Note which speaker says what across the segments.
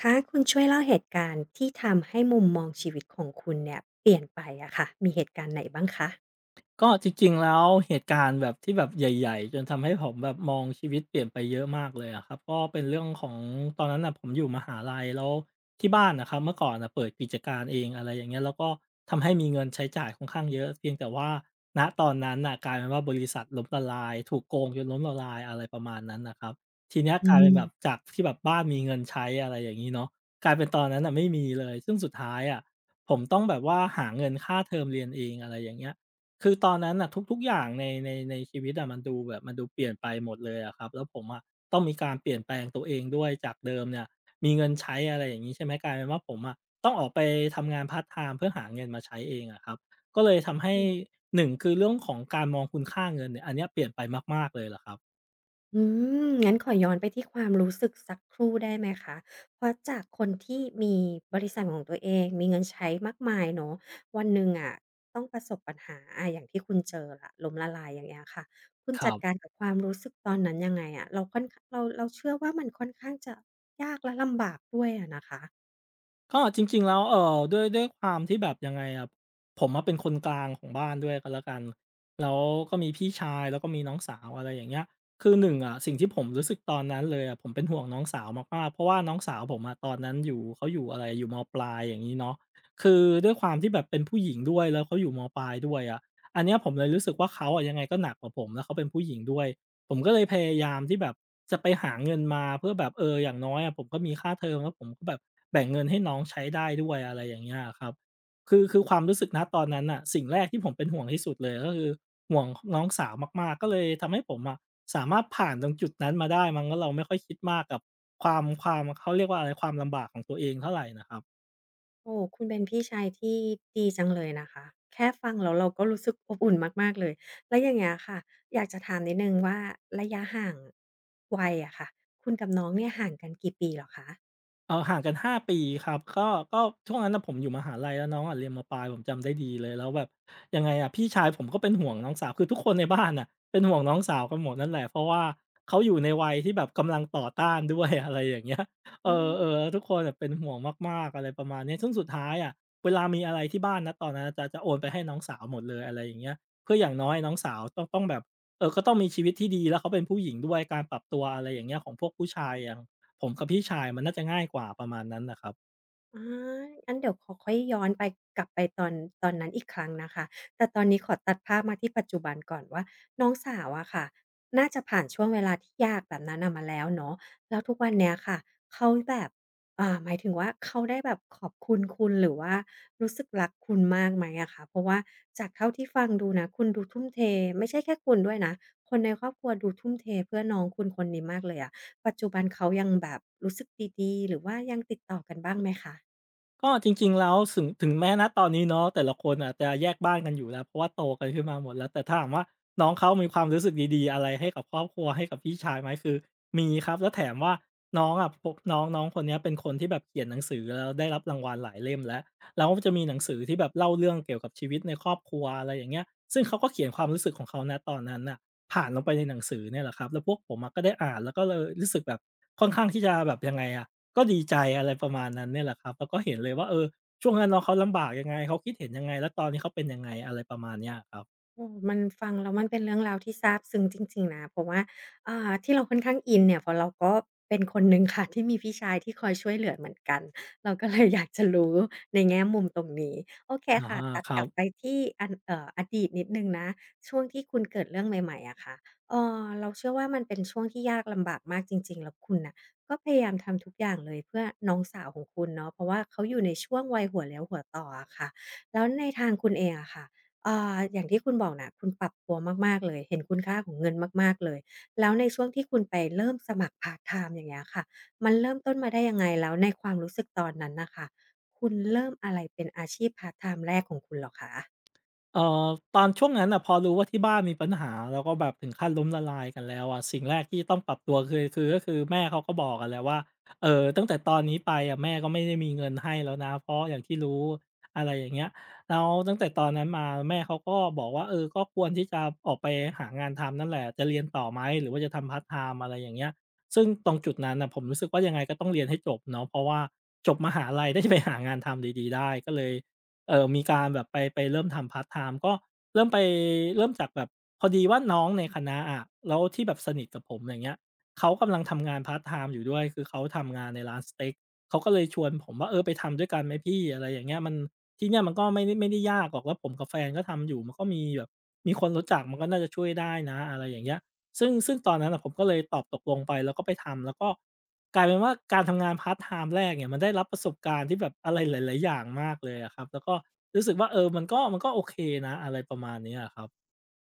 Speaker 1: คะคุณช่วยเล่าเหตุการณ์ที่ทำให้มุมมองชีวิตของคุณเนี่ยเปลี่ยนไปอะค่ะมีเหตุการณ์ไหนบ้างคะ
Speaker 2: ก็จริงๆแล้วเหตุการณ์แบบที่แบบใหญ่ๆจนทำให้ผมแบบมองชีวิตเปลี่ยนไปเยอะมากเลยอะครับก็เป็นเรื่องของตอนนั้นน่ะผมอยู่มหาลัยแล้วที่บ้านน่ะครับเมื่อก่อนน่ะเปิดกิจการเองอะไรอย่างเงี้ยแล้วก็ทำให้มีเงินใช้จ่ายค่อนข้างเยอะเพียงแต่ว่าณตอนนั้นน่ะกลายเป็นว่าบริษัทล้มละลายถูกโกงจนล้มละลายอะไรประมาณนั้นน่ะครับทีเนี้ย
Speaker 1: อื
Speaker 2: กลายเป็น
Speaker 1: ม
Speaker 2: แบบจากที่แบบบ้านมีเงินใช้อะไรอย่างงี้เนาะกลายเป็นตอนนั้นน่ะไม่มีเลยซึ่งสุดท้ายอะผมต้องแบบว่าหาเงินค่าเทอมเรียนเองอะไรอย่างเงี้ย คือตอนนั้นน่ะทุกๆ อย่างในในชีวิตอะมันดูแบบมันดูเปลี่ยนไปหมดเลยอะครับแล้วผมอะต้องมีการเปลี่ยนแปลงตัวเองด้วยจากเดิมเนี่ยมีเงินใช้อะไรอย่างงี้ใช่ไหมกลายเป็นว่าผมอะต้องออกไปทำงานพาร์ตไทม์เพื่อหาเงินมาใช้เองอะครับก็เลยทำให้
Speaker 1: อืม
Speaker 2: 1คือเรื่องของการมองคุณค่าเงินเนี่ยอันเนี้ยเปลี่ยนไปมากๆเลยล่ะครับ
Speaker 1: งั้นขอย้อนไปที่ความรู้สึกสักครู่ได้ไหมคะเพราะจากคนที่มีบริษัทของตัวเองมีเงินใช้มากมายเนาะวันหนึ่งอะต้องประสบปัญหาอาอย่างที่คุณเจอล่ะล้มละลายอย่างเงี้ยค่ะคุณ
Speaker 2: ค
Speaker 1: จั
Speaker 2: รั
Speaker 1: ดการ
Speaker 2: บ
Speaker 1: กับความรู้สึกตอนนั้นยังไงอะเราเชื่อว่ามันค่อนข้างจะยากและลำบากด้วยอะนะคะ
Speaker 2: ก็จริงๆแล้วด้วยความที่แบบยังไงอะผมอะเป็นคนกลางของบ้านด้วยก็แล้วกันแล้วก็มีพี่ชายแล้วก็มีน้องสาวอะไรอย่างเงี้ยคือหนึ่งอะสิ่งที่ผมรู้สึกตอนนั้นเลยอะผมเป็นห่วงน้องสาวมากๆเพราะว่าน้องสาวผมอะตอนนั้นอยู่เขาอยู่อะไรอยู่มปลายอย่างงี้เนาะคือด้วยความที่แบบเป็นผู้หญิงด้วยแล้วเขาอยู่มปลายด้วยอะอันเนี้ยผมเลยรู้สึกว่าเขาอะยังไงก็หนักกว่าผมแล้วเขาเป็นผู้หญิงด้วย ผมก็เลยพยายามที่แบบจะไปหาเงินมาเพื่อแบบเอออย่างน้อยอะผมก็มีค่าเทอมแล้วผมก็แบบแบ่งเงินให้น้องใช้ได้ด้วยอะไรอย่างเงี้ยอะครับคือความรู้สึกนะตอนนั้นอ่ะสิ่งแรกที่ผมเป็นห่วงที่สุดเลยก็คือห่วงน้องสาวมากๆก็เลยทำให้ผมอะสามารถผ่านตรงจุดนั้นมาได้มั้งแล้วเราไม่ค่อยคิดมากกับความเขาเรียกว่าอะไรความลำบากของตัวเองเท่าไหรน่นะครับ
Speaker 1: โอ้คุณเป็นพี่ชายที่ดีจังเลยนะคะแค่ฟังแล้วเราก็รู้สึกอบอุ่นมากๆเลยแล้วอย่างเงี้ยค่ะอยากจะถามนิดหนึ่งว่าระยะห่างวัยอะค่ะคุณกับน้องเนี่ยห่างกันกี่ปีเหรอคะ
Speaker 2: เออห่างกัน5ปีครับก็ช่วงนั้นน่ะผมอยู่มหาลัยแล้วน้องอะเรียนมปลายผมจำได้ดีเลยแล้วแบบยังไงอะพี่ชายผมก็เป็นห่วงน้องสาวคือทุกคนในบ้านน่ะเป็นห่วงน้องสาวกันหมดนั่นแหละเพราะว่าเขาอยู่ในวัยที่แบบกำลังต่อต้านด้วย อะไรอย่างเงี้ยเอ
Speaker 1: อื
Speaker 2: อ
Speaker 1: ม
Speaker 2: ๆทุกคนน่ะเป็นห่วงมากๆอะไรประมาณเนี้ยซึ่งสุดท้ายอะเวลามีอะไรที่บ้านณตอนนั้นจะโอนไปให้น้องสาวหมดเลยอะไรอย่างเงี้ยเพื่ออย่างน้อยน้องสาวต้องแบบเออก็ต้องมีชีวิตที่ดีแล้วเขาเป็นผู้หญิงด้วยการปรับตัวอะไรอย่างเงี้ยของพวกผู้ชายอย่าง ผมกับพี่ชายมันน่าจะง่ายกว่าประมาณนั้นน่ะครับ
Speaker 1: อางั้นเดี๋ยวขอค่อยย้อนไปกลับไปตอนนั้นอีกครั้งนะคะแต่ตอนนี้ขอตัดภาพมาที่ปัจจุบันก่อนว่าน้องสาวอะค่ะน่าจะผ่านช่วงเวลาที่ยากแบบนั้นน่ะมาแล้วเนาะแล้วทุกวันเนี้ยค่ะเขาแบบอ่าหมายถึงว่าเขาได้แบบขอบคุณคุณหรือว่ารู้สึกรักคุณมากไหมอะคะเพราะว่าจากเท่าที่ฟังดูนะคุณดูทุ่มเทไม่ใช่แค่คุณด้วยนะคนในครอบครัวดูทุ่มเทเพื่อน้องคุณคนนี้มากเลยอะปัจจุบันเขายังแบบรู้สึกดีๆหรือว่ายังติดต่อกันบ้างไหมคะ
Speaker 2: ก็จริงๆแล้วสึงถึงแม้ณตอนนี้เนาะแต่ละคนอาจจะแยกบ้านกันอยู่แล้วเพราะว่าโตกันขึ้นมาหมดแล้วแต่ถ้าถามว่าน้องเขามีความรู้สึกดีๆอะไรให้กับครอบครัวให้กับพี่ชายไหมคือมีครับแล้วแถมว่าน้องอะพกน้องน้องคนเนี้ยเป็นคนที่แบบเขียนหนังสือแล้วได้รับรางวัลหลายเล่มแล้วแล้วจะมีหนังสือที่แบบเล่าเรื่องเกี่ยวกับชีวิตในครอบครัวอะไรอย่างเงี้ยซึ่งเขาก็เขียนความรู้สึกของเขาณตอนนั้นน่ะผ่านลงไปในหนังสือเนี่ยแหละครับแล้วพวกผมอะก็ได้อ่านแล้วก็เลยรู้สึกแบบค่อนข้างที่จะแบบยังไงอะ ก็ดีใจอะไรประมาณนั้นเนี่ยแหละครับแล้วก็เห็นเลยว่าเออช่วงนั้นน้องเขาลำบากยังไงเขาคิดเห็นยังไงแล้วตอนนี้เขาเป็นยังไงอะไรประมาณเนี้ยครับ
Speaker 1: โอ้มันฟังแล้วมันเป็นเรื่องราวที่ซาบซึ้งจริงๆนะเพราะว่าอ่าที่เราค่อนข้างอินเนี่ยเพราะเราก็เป็นคนหนึ่งค่ะ ที่มีพี่ชายที่คอยช่วยเหลือเหมือนกันเราก็เลยอยากจะรู้ในแง่มุมตรงนี้โอเค
Speaker 2: อะ
Speaker 1: ค่ะ
Speaker 2: ฮะ
Speaker 1: ตัด
Speaker 2: ครั
Speaker 1: กลั
Speaker 2: บ
Speaker 1: บไปที่อันอดีตนิดหนึ่งนะช่วงที่คุณเกิดเรื่องใหม่ๆอะค่ะเราเชื่อว่ามันเป็นช่วงที่ยากลำบากมากจริงๆแล้วคุณน่ะก็พยายามทำทุกอย่างเลยเพื่อน้องสาวของคุณเนาะเพราะว่าเขาอยู่ในช่วงวัยหัวเลี้ยวหัวต่ออะค่ะแล้วในทางคุณเองอะค่ะ อ่าอย่างที่คุณบอกน่ะคุณปรับตัวมากๆเลยเห็นคุณค่าของเงินมากๆเลยแล้วในช่วงที่คุณไปเริ่มสมัครพาร์ตไทม์อย่างเงี้ยค่ะมันเริ่มต้นมาได้ยังไงแล้วในความรู้สึกตอนนั้นน่ะค่ะคุณเริ่มอะไรเป็นอาชีพพาร์ตไทม์แรกของคุณเหรอคะ
Speaker 2: เอ่อตอนช่วงนั้นอ่ะพอรู้ว่าที่บ้านมีปัญหาแล้วก็แบบถึงขั้นล้มละลายกันแล้วอะสิ่งแรกที่ต้องปรับตัวคือคือก็คือแม่เขาก็บอกกันแหล้วว่าเออตั้งแต่ตอนนี้ไปอะแม่ก็ไม่ได้มีเงินให้แล้วนะเพราะอย่างที่รู้อะไรอย่างเงี้ยแล้วตั้งแต่ตอนนั้นมาแม่เขาก็บอกว่าเออก็ควรที่จะออกไปหางานทำนั่นแหละจะเรียนต่อไหมหรือว่าจะทำพาร์ทไทม์อะไรอย่างเงี้ยซึ่งตรงจุดนั้นน่ะผมรู้สึกว่ายังไงก็ต้องเรียนให้จบเนาะเพราะว่าจบมหาลัย ได้จะไปหางานทำดีๆได้ก็เลย มีการแบบไปเริ่มทำพาร์ตไทม์ก็เริ่มไปเริ่มจากแบบพอดีว่าน้องในคณะอะแล้วที่แบบสนิทกับผมอย่างเงี้ยเขากำลังทำงานพาร์ตไทม์อยู่ด้วยคือเขาทำงานในร้านสเต็กเขาก็เลยชวนผมว่าเออไปทำด้วยกันไหมพี่อะไรอย่างเงี้ยมันที่เนี่ยมันก็ไม่ได้ยากหรอกแล้วผมกับแฟนก็ทำอยู่มันก็มีแบบมีคนรู้จักมันก็น่าจะช่วยได้นะอะไรอย่างเงี้ยซึ่งตอนนั้นน่ะผมก็เลยตอบตกลงไปแล้วก็ไปทำแล้วก็ กลายเป็นว่าการทำงานพาร์ตไทม์แรกเนี่ยมันได้รับประสบการณ์ที่แบบอะไรหลายๆอย่างมากเลยอะครับแล้วก็รู้สึกว่าเออมันก็โอเคนะอะไรประมาณเนี้ยอะครับ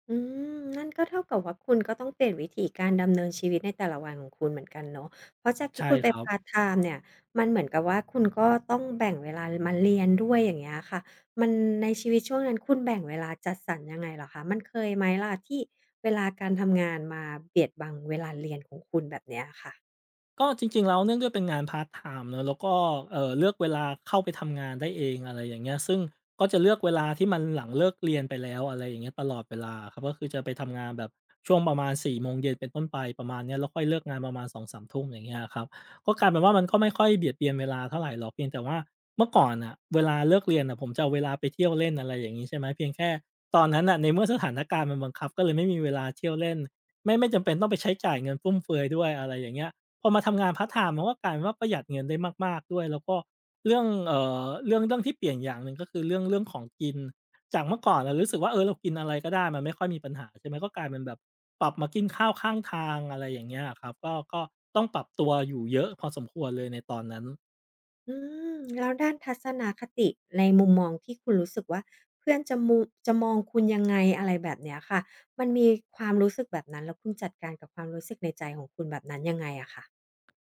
Speaker 1: อืมนั่นก็เท่ากับว่าคุณก็ต้องเปลี่ยนวิถีการดำเนินชีวิตในแต่ละวันของคุณเหมือนกันเนาะเพราะจากที่
Speaker 2: ใช่
Speaker 1: คุณไป
Speaker 2: ครับ
Speaker 1: พาร์ตไทม์เนี่ยมันเหมือนกับว่าคุณก็ต้องแบ่งเวลามาเรียนด้วยอย่างเงี้ยค่ะมันในชีวิตช่วงนั้นคุณแบ่งเวลาจัดสรรยังไงเหรอคะมันเคยไหมล่ะที่เวลาการทำงานมาเบียดบังเวลาเรียนของคุณแบบเนี้ยค่ะ
Speaker 2: ก็จริงๆแล้วเนื่องด้วยเป็นงานพาร์ตไทม์เนอะแล้วก็เลือกเวลาเข้าไปทำงานได้เองอะไรอย่างเงี้ยซึ่งก็จะเลือกเวลาที่มันหลังเลิกเรียนไปแล้วอะไรอย่างเงี้ยตลอดเวลาครับก็คือจะไปทำงานแบบช่วงประมาณ4โมงเย็นเป็นต้นไปประมาณเนี้ยแล้วค่อยเลิกงานประมาณ2มทุ่มอย่างเงี้ยครับก็กลายเป็นว่ามันก็ไม่ค่อยเบียดเบียนเวลาเท่าไรหรอกเพียงแต่ว่าเมื่อก่อนน่ะเวลาเลิกเรียนน่ะผมจะเอาเวลาไปเที่ยวเล่นอะไรอย่างงี้ใช่ไหมเพียงแค่ตอนนั้นน่ะในเมื่อสถานการณ์มันบังคับก็เลยไม่มีเวลาเที่ยวเล่นไม่จำเป็นต้องไปใช้จ่ายเงินฟุ่มเฟือยด้วยอะไรอย่างเงี้ย พอมาทำงานพาร์ตไทม์มันก็กลายเป็นว่าประหยัดเงินได้มากๆด้วยแล้วก็เรื่องเรื่องที่เปลี่ยนอย่างหนึ่งก็คือเรื่องของกินจากเมื่อก่อนเรารู้สึกว่าเออเรากินอะไรก็ได้มันไม่ค่อยมีปัญหาใช่ไหมก็กลายเป็นแบบปรับมากินข้าวข้างทางอะไรอย่างเงี้ยอะครับก็ก็ต้องปรับตัวอยู่เยอะพอสมควรเลยในตอนนั้น
Speaker 1: อืมแล้วด้านทัศนคติในมุมมองที่คุณรู้สึกว่าเพื่อนจะมองคุณยังไงอะไรแบบเนี้ยค่ะมันมีความรู้สึกแบบนั้นแล้วคุณจัดการกับความรู้สึกในใจของคุณแบบนั้นยังไงอะคะ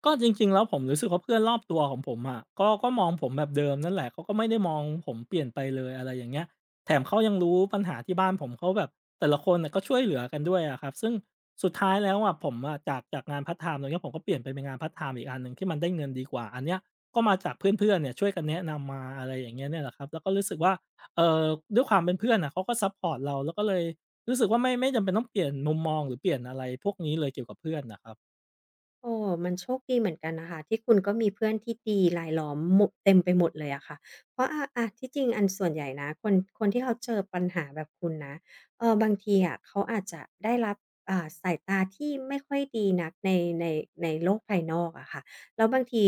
Speaker 2: ก็จริงๆแล้วผมรู้สึกว่าเพื่อนรอบตัวของผมอะก็ก็มองผมแบบเดิมนั่นแหละเขาก็ไม่ได้มองผมเปลี่ยนไปเลยอะไรอย่างเงี้ยแถมเขายังรู้ปัญหาที่บ้านผมเขาแบบแต่ละคนน่ะก็ช่วยเหลือกันด้วยอะครับซึ่งสุดท้ายแล้วอะผมอะจากงานพาร์ตไทม์ตรงเนี้ยผมก็เปลี่ยนไปเป็นงานพาร์ตไทม์อีกอันหนึ่งที่มันได้เงินดีกว่าอันเนี้ยก็มาจากเพื่อนๆเนี่ยช่วยกันแนะนำมาอะไรอย่างเงี้ยเนี่ยแหละครับแล้วก็รู้สึกว่าเอ่อด้วยความเป็นเพื่อนน่ะเขาก็ซัปพอร์ตเราแล้วก็เลยรู้สึกว่าไม่จำเป็นต้องเปลี่ยนมุมมองหรือเปลี่ยนอะไรพวกนี้เลยเกี่ยวกับเพื่อนน่ะครับ
Speaker 1: โอ้มันโชคดีเหมือนกันนะคะที่คุณก็มีเพื่อนที่ดีรายล้อมหมดเต็มไปหมดเลยอะค่ะเพราะอาที่จริงอันส่วนใหญ่นะคนที่เขาเจอปัญหาแบบคุณนะบางทีอะเขาอาจจะได้รับอ่าสายตาที่ไม่ค่อยดีนักในในโลกภายนอกอะค่ะแล้วบางที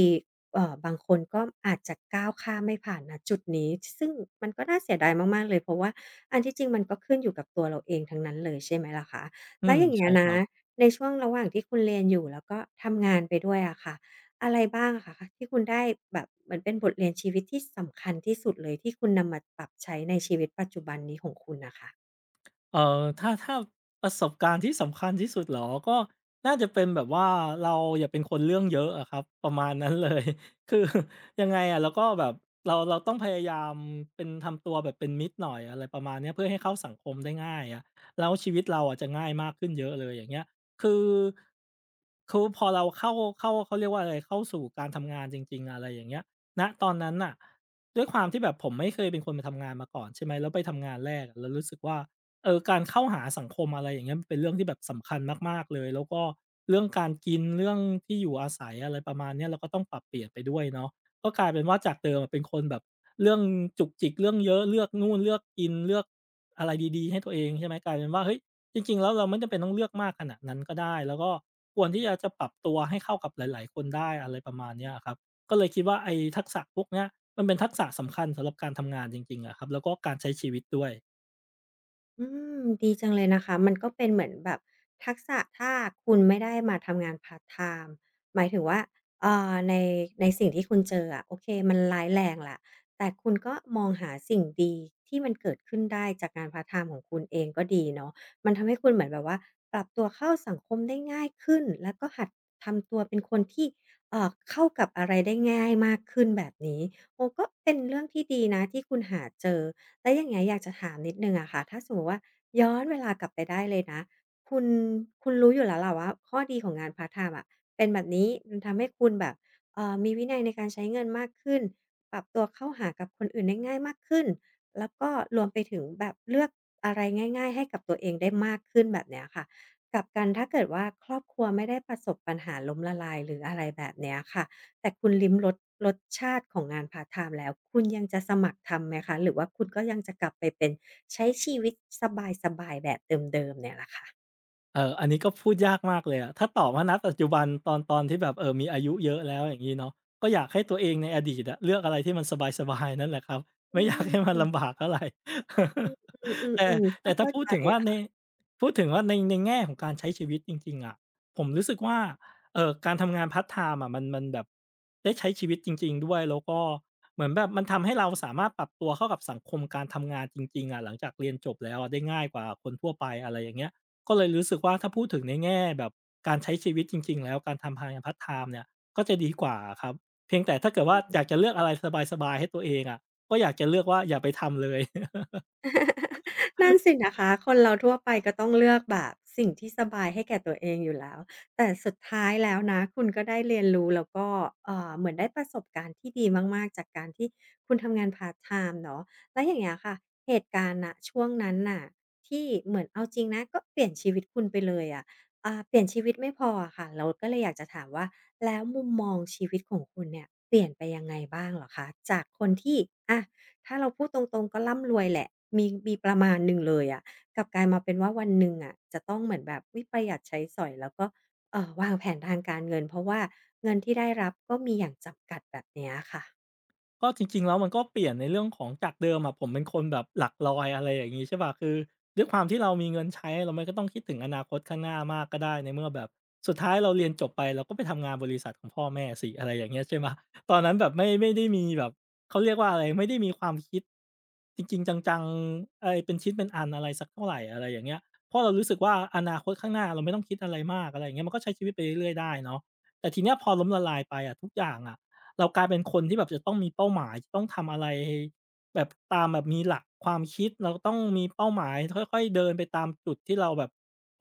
Speaker 1: บางคนก็อาจจะก้าวข้ามไม่ผ่านณจุดนี้ซึ่งมันก็น่าเสียดายมากๆเลยเพราะว่าอันที่จริงมันก็ขึ้นอยู่กับตัวเราเองทั้งนั้นเลยใช่ไหมล่ะคะ
Speaker 2: อื
Speaker 1: แล้ว
Speaker 2: ม
Speaker 1: อย่างเงี้
Speaker 2: ใช่
Speaker 1: ย
Speaker 2: ค
Speaker 1: นะ
Speaker 2: รับ
Speaker 1: ในช่วงระหว่างที่คุณเรียนอยู่แล้วก็ทำงานไปด้วยอะค่ะอะไรบ้างอะคะที่คุณได้แบบเหมือนเป็นบทเรียนชีวิตที่สำคัญที่สุดเลยที่คุณนำมาปรับใช้ในชีวิตปัจจุบันนี้ของคุณน่ะค่ะ
Speaker 2: ถ้าประสบการณ์ที่สำคัญที่สุดเหรอก็น่าจะเป็นแบบว่าเราอย่าเป็นคนเรื่องเยอะอะครับประมาณนั้นเลย คือยังไงอะเราก็แบบเราต้องพยายามเป็นทำตัวแบบเป็นมิตรหน่อยอะไรประมาณเนี้ยเพื่อให้เข้าสังคมได้ง่ายอะแล้วชีวิตเราอะจะง่ายมากขึ้นเยอะเลยอย่างเงี้ยคือคือพอเราเข้าเขาเรียกว่าอะไรเข้าสู่การทำงานจริงๆอะไรอย่างเงี้ยณตอนนั้นน่ะด้วยความที่แบบผมไม่เคยเป็นคนไปทำงานมาก่อนใช่ไหมแล้วไปทำงานแรกอะเรารู้สึกว่า เออการเข้าหาสังคมอะไรอย่างเงี้ยมันเป็นเรื่องที่แบบสำคัญมากๆเลยแล้วก็เรื่องการกินเรื่องที่อยู่อาศัยอะไรประมาณเนี้ยเราก็ต้องปรับเปลี่ยนไปด้วยเนาะก็กลายเป็นว่าจากเดิมอะเป็นคนแบบเรื่องจุกจิกเรื่องเยอะเลือกนู่นเลือกกินเลือกอะไรดีๆให้ตัวเองใช่ไหมกลายเป็นว่าเฮ้ยจริงๆแล้วเราไม่จำเป็นต้องเลือกมากขนาดนั้นก็ได้แล้วก็ควรที่จะปรับตัวให้เข้ากับหลายๆคนได้อะไรประมาณเนี้ยอะครับก็เลยคิดว่าไอ้ทักษะพวกเนี้ยมันเป็นทักษะสำคัญสำหรับการทำงานจริงๆอะครับแล้วก็การใช้ชีวิตด้วย
Speaker 1: อืมดีจังเลยนะคะมันก็เป็นเหมือนแบบทักษะถ้าคุณไม่ได้มาทำงานพาร์ตไทม์หมายถึงว่าในสิ่งที่คุณเจออะโอเคมันร้ายแรงแหละแต่คุณก็มองหาสิ่งดีที่มันเกิดขึ้นได้จากงานพาร์ตไทม์ของคุณเองก็ดีเนาะมันทำให้คุณเหมือนแบบว่าปรับตัวเข้าสังคมได้ง่ายขึ้นแล้วก็หัดทำตัวเป็นคนที่เข้ากับอะไรได้ง่ายมากขึ้นแบบนี้โอ้ก็เป็นเรื่องที่ดีนะที่คุณหาเจอ แล้วอย่างเงี้ยอยากจะถามนิดหนึ่งอะค่ะถ้าสมมติว่าย้อนเวลากลับไปได้เลยนะคุณคุณรู้อยู่แล้วล่ะว่าข้อดีของงานพาร์ตไทม์อะเป็นแบบนี้มันทำให้คุณแบบมีวินัยในการใช้เงินมากขึ้นปรับตัวเข้าหากับคนอื่นได้ง่ายมากขึ้นแล้วก็รวมไปถึงแบบเลือกอะไรง่ายๆให้กับตัวเองได้มากขึ้นแบบเนี้ยค่ะกลับกันถ้าเกิดว่าครอบครัวไม่ได้ประสบปัญหาล้มละลายหรืออะไรแบบเนี้ยค่ะ แต่คุณลิ้มรสรสชาติของงานพาร์ตไทม์แล้วคุณยังจะสมัครทำไหมคะหรือว่าคุณก็ยังจะกลับไปเป็นใช้ชีวิตสบายๆแบบเดิมๆเนี่ยแหละค่ะ
Speaker 2: เอออันนี้ก็พูดยากมากเลยอะถ้าตอบว่าณปัจจุบันตอนที่แบบมีอายุเยอะแล้วอย่างงี้เนาะก็อยากให้ตัวเองในอดีตอะเลือกอะไรที่มันสบายๆนั่นแหละครับ
Speaker 1: อื
Speaker 2: ไม่อยาก
Speaker 1: ม
Speaker 2: ให้มัน
Speaker 1: อื
Speaker 2: ลำบากเท่าไร
Speaker 1: ออื
Speaker 2: แต่
Speaker 1: อๆๆๆ
Speaker 2: แต่
Speaker 1: ก็
Speaker 2: ถ้า
Speaker 1: เข้า
Speaker 2: พูด
Speaker 1: ใจ
Speaker 2: ถึงว่าในพูดถึงว่าในแง่ของการใช้ชีวิตจริงๆอะผมรู้สึกว่าการทำงานพาร์ตไทม์อะมันแบบได้ใช้ชีวิตจริงๆด้วยแล้วก็เหมือนแบบมันทำให้เราสามารถปรับตัวเข้ากับสังคมการทำงานจริงๆอะหลังจากเรียนจบแล้วอะได้ง่ายกว่าคนทั่วไปอะไรอย่างเงี้ย ก็เลยรู้สึกว่าถ้าพูดถึงในแง่แบบการใช้ชีวิตจริงๆแล้วการทำพานพาร์ตไทม์เนี่ยก็จะดีกว่าอะครับเพียงแต่ถ้าเกิดว่าอยากจะเลือกอะไรสบายๆให้ตัวเองอะก็อยากจะเลือกว่าอย่าไปทำเลย
Speaker 1: นั่นสินะคะคนเราทั่วไปก็ต้องเลือกแบบสิ่งที่สบายให้แก่ตัวเองอยู่แล้วแต่สุดท้ายแล้วนะคุณก็ได้เรียนรู้แล้วก็เหมือนได้ประสบการณ์ที่ดีมากๆจากการที่คุณทำงานพาร์ตไทม์เนาะแล้วอย่างเงี้ยค่ะเหตุการณ์ณช่วงนั้นน่ะที่เหมือนเอาจริงนะก็เปลี่ยนชีวิตคุณไปเลยอะอ่าเปลี่ยนชีวิตไม่พออะค่ะเราก็เลยอยากจะถามว่าแล้วมุมมองชีวิตของคุณเนี่ยเปลี่ยนไปยังไงบ้างเหรอคะจากคนที่อะ ถ้าเราพูดตรงๆก็ร่ำรวยแหละมีประมาณหนึ่งเลยอะะกลับกลายมาเป็นว่าวันหนึ่งอะะจะต้องเหมือนแบบวิประหยัดใช้สอยแล้วก็วางแผนทางการเงินเพราะว่าเงินที่ได้รับก็มีอย่างจำกัดแบบเนี้ยค่ะ
Speaker 2: ก็จริงๆแล้วมันก็เปลี่ยนในเรื่องของจากเดิมอะผมเป็นคนแบบหลักร้อยอะไรอย่างงี้ใช่เปล่าคือด้วยความที่เรามีเงินใช้เราไม่ก็ต้องคิดถึงอนาคตข้างหน้ามากก็ได้ในเมื่อแบบสุดท้ายเราเรียนจบไปเราก็ไปทำงานบริษัทของพ่อแม่สิอะไรอย่างเงี้ยใช่เปล่าตอนนั้นแบบไม่ได้มีแบบเขาเรียกว่าอะไรไม่ได้มีความคิดจริงๆจังๆไอ้เป็นชิ้นเป็นอันอะไรสักเท่าไรอะไรอย่างเงี้ยเพราะเรารู้สึกว่าอนาคตข้างหน้าเราไม่ต้องคิดอะไรมากอะไรอย่างเงี้ยมันก็ใช้ชีวิตไปเรื่อยๆได้เนาะแต่ทีเนี้ยพอล้มละลายไปอะทุกอย่างอะ เรากลายเป็นคนที่แบบจะต้องมีเป้าหมายจะต้องทำอะไรแบบตามแบบมีหลักความคิดเราต้องมีเป้าหมายค่อยๆเดินไปตามจุดที่เราแบบ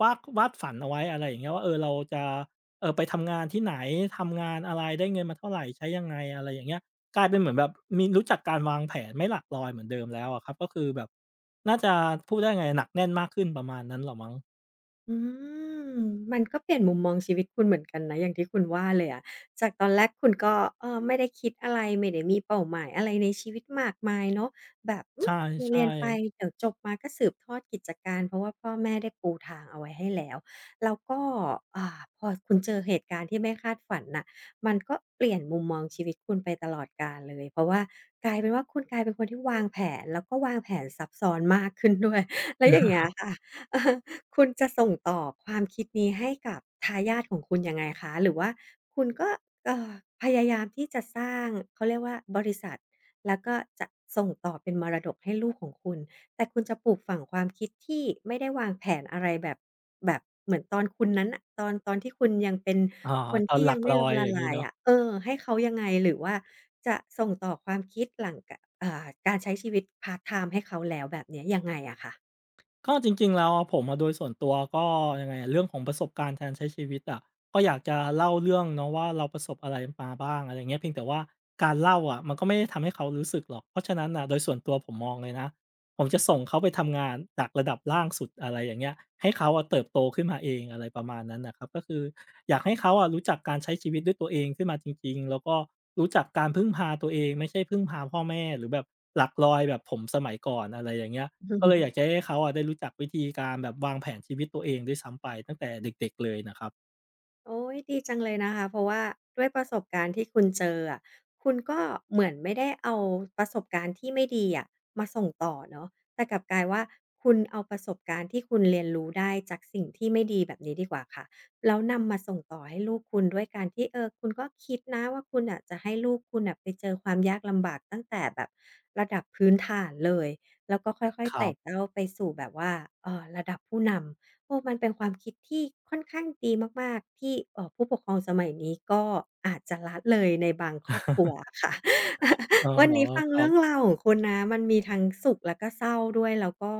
Speaker 2: วาดฝันเอาไว้อะไรอย่างเงี้ยว่าเออเราจะไปทำงานที่ไหนทำงานอะไรได้เงินมาเท่าไรใช้ยังไงอะไรอย่างเงี้ยกลายเป็นเหมือนแบบมีรู้จักการวางแผนไม่หลักลอยเหมือนเดิมแล้วอะครับก็คือแบบน่าจะพูดได้ไงหนักแน่นมากขึ้นประมาณนั้นเหรอมั้ง
Speaker 1: อืมมันก็เปลี่ยนมุมมองชีวิตคุณเหมือนกันนะอย่างที่คุณว่าเลยอะจากตอนแรกคุณก็เออไม่ได้คิดอะไรไม่ได้มีเป้าหมายอะไรในชีวิตมากมายเนาะแบบอื
Speaker 2: ใช
Speaker 1: ม
Speaker 2: ่
Speaker 1: เรียนๆไป
Speaker 2: ๆ
Speaker 1: เดี๋ยวจบมาก็สืบทอดกิจการเพราะว่าพ่อแม่ได้ปูทางเอาไว้ให้แล้วแล้วก็อ่าพอคุณเจอเหตุการณ์ที่ไม่คาดฝันน่ะมันก็เปลี่ยนมุมมองชีวิตคุณไปตลอดกาลเลยเพราะว่ากลายเป็นว่าคุณกลายเป็นคนที่วางแผนแล้วก็วางแผนซับซ้อนมากขึ้นด้วย แล้วอย่างเงี้ยค่ะ คุณจะส่งต่อความคิดนี้ให้กับทายาทของคุณยังไงคะหรือว่าคุณก็เอ่อพยายามที่จะสร้างเขาเรียกว่าบริษัทแล้วก็จะส่งต่อเป็นมรดกให้ลูกของคุณแต่คุณจะปลูกฝังความคิดที่ไม่ได้วางแผนอะไรแบบเหมือนตอนคุณนั้นน่ะตอนที่คุณยังเป็น
Speaker 2: อ่า
Speaker 1: คน
Speaker 2: ตอน
Speaker 1: ที่
Speaker 2: หลั
Speaker 1: ยั
Speaker 2: ก
Speaker 1: งไม่
Speaker 2: ลอ
Speaker 1: ล้ม
Speaker 2: ยอ
Speaker 1: ละ
Speaker 2: ย่างงี้
Speaker 1: ลาย
Speaker 2: เนาะ
Speaker 1: อะเออให้เขายังไงหรือว่าจะส่งต่อความคิดหลังกอ่าการใช้ชีวิตพาร์ตไทม์ให้เขาแล้วแบบเนี้ยยังไงอะคะ
Speaker 2: ก็จริงๆแล้วอะผมอะโดยส่วนตัวก็ยังไงอะเรื่องของประสบการณ์การใช้ชีวิตอะก็อยากจะเล่าเรื่องเนาะว่าเราประสบอะไรมาบ้างอะไรเงี้ยเพียงแต่ว่าการเล่าอะมันก็ไม่ได้ทำให้เขารู้สึกหรอกเพราะฉะนั้นน่ะโดยส่วนตัวผมมองเลยนะผมจะส่งเขาไปทำงานจากระดับล่างสุดอะไรอย่างเงี้ยให้เขาอะเติบโตขึ้นมาเองอะไรประมาณนั้นน่ะครับก็คืออยากให้เขาอะรู้จักการใช้ชีวิตด้วยตัวเองขึ้นมาจริงๆแล้วก็รู้จักการพึ่งพาตัวเองไม่ใช่พึ่งพาพ่อแม่หรือแบบหลักลอยแบบผมสมัยก่อนอะไรอย่างเงี้ย ก็เลยอยาก จะให้เขาอะได้รู้จักวิธีการแบบวางแผนชีวิตตัวเองด้วยซ้ำไปตั้งแต่เด็กๆเลยนะครับ
Speaker 1: โอ๊ยดีจังเลยนะคะเพราะว่าด้วยประสบการณ์ที่คุณเจออะคุณก็เหมือนไม่ได้เอาประสบการณ์ที่ไม่ดีอะมาส่งต่อเนาะแต่กลับกลายว่าคุณเอาประสบการณ์ที่คุณเรียนรู้ได้จากสิ่งที่ไม่ดีแบบนี้ดีกว่าค่ะแล้วนำมาส่งต่อให้ลูกคุณด้วยการที่เออคุณก็คิดนะว่าคุณน่ะจะให้ลูกคุณน่ะไปเจอความยากลำบากตั้งแต่แบบระดับพื้นฐานเลยแล้วก็ค่อย
Speaker 2: ค
Speaker 1: ๆ
Speaker 2: รั
Speaker 1: ไต่
Speaker 2: บ
Speaker 1: เต้าไปสู่แบบว่าระดับผู้นำ โอ้มันเป็นความคิดที่ค่อนข้างดีมากๆที่ผู้ปกครองสมัยนี้ก็อาจจะละเลยในบางครอบครัวอะค่ะ
Speaker 2: อะ
Speaker 1: วัน
Speaker 2: ฮะ
Speaker 1: นี้ฟัง
Speaker 2: ครั
Speaker 1: เรื่อง
Speaker 2: บ
Speaker 1: ราวของคุณนะมันมีทั้งสุขแล้วก็เศร้าด้วยแล้วก็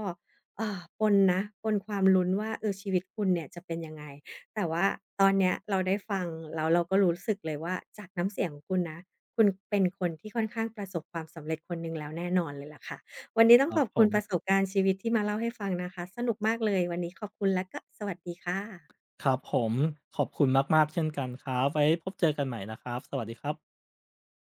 Speaker 1: ปนนะปนความลุ้นว่าเออชีวิตคุณเนี่ยจะเป็นยังไงแต่ว่าตอนเนี้ยเราได้ฟังแล้วเราก็รู้สึกเลยว่าจากน้ำเสียงของคุณนะคุณเป็นคนที่ค่อนข้างประสบความสำเร็จคนหนึ่งแล้วแน่นอนเลยล่ะค่ะ วันนี้ต้
Speaker 2: ค
Speaker 1: อง
Speaker 2: รั
Speaker 1: ข
Speaker 2: บ
Speaker 1: อบ
Speaker 2: ผ
Speaker 1: คุณ
Speaker 2: ม
Speaker 1: ประสบการณ์ชีวิตที่มาเล่าให้ฟังนะคะสนุกมากเลยวันนี้ขอบคุณและก็สวัสดีค่ะ
Speaker 2: ครับผมขอบคุณมากๆเช่นกันครับไว้พบเจอกันใหม่นะครับสวัสดีครับ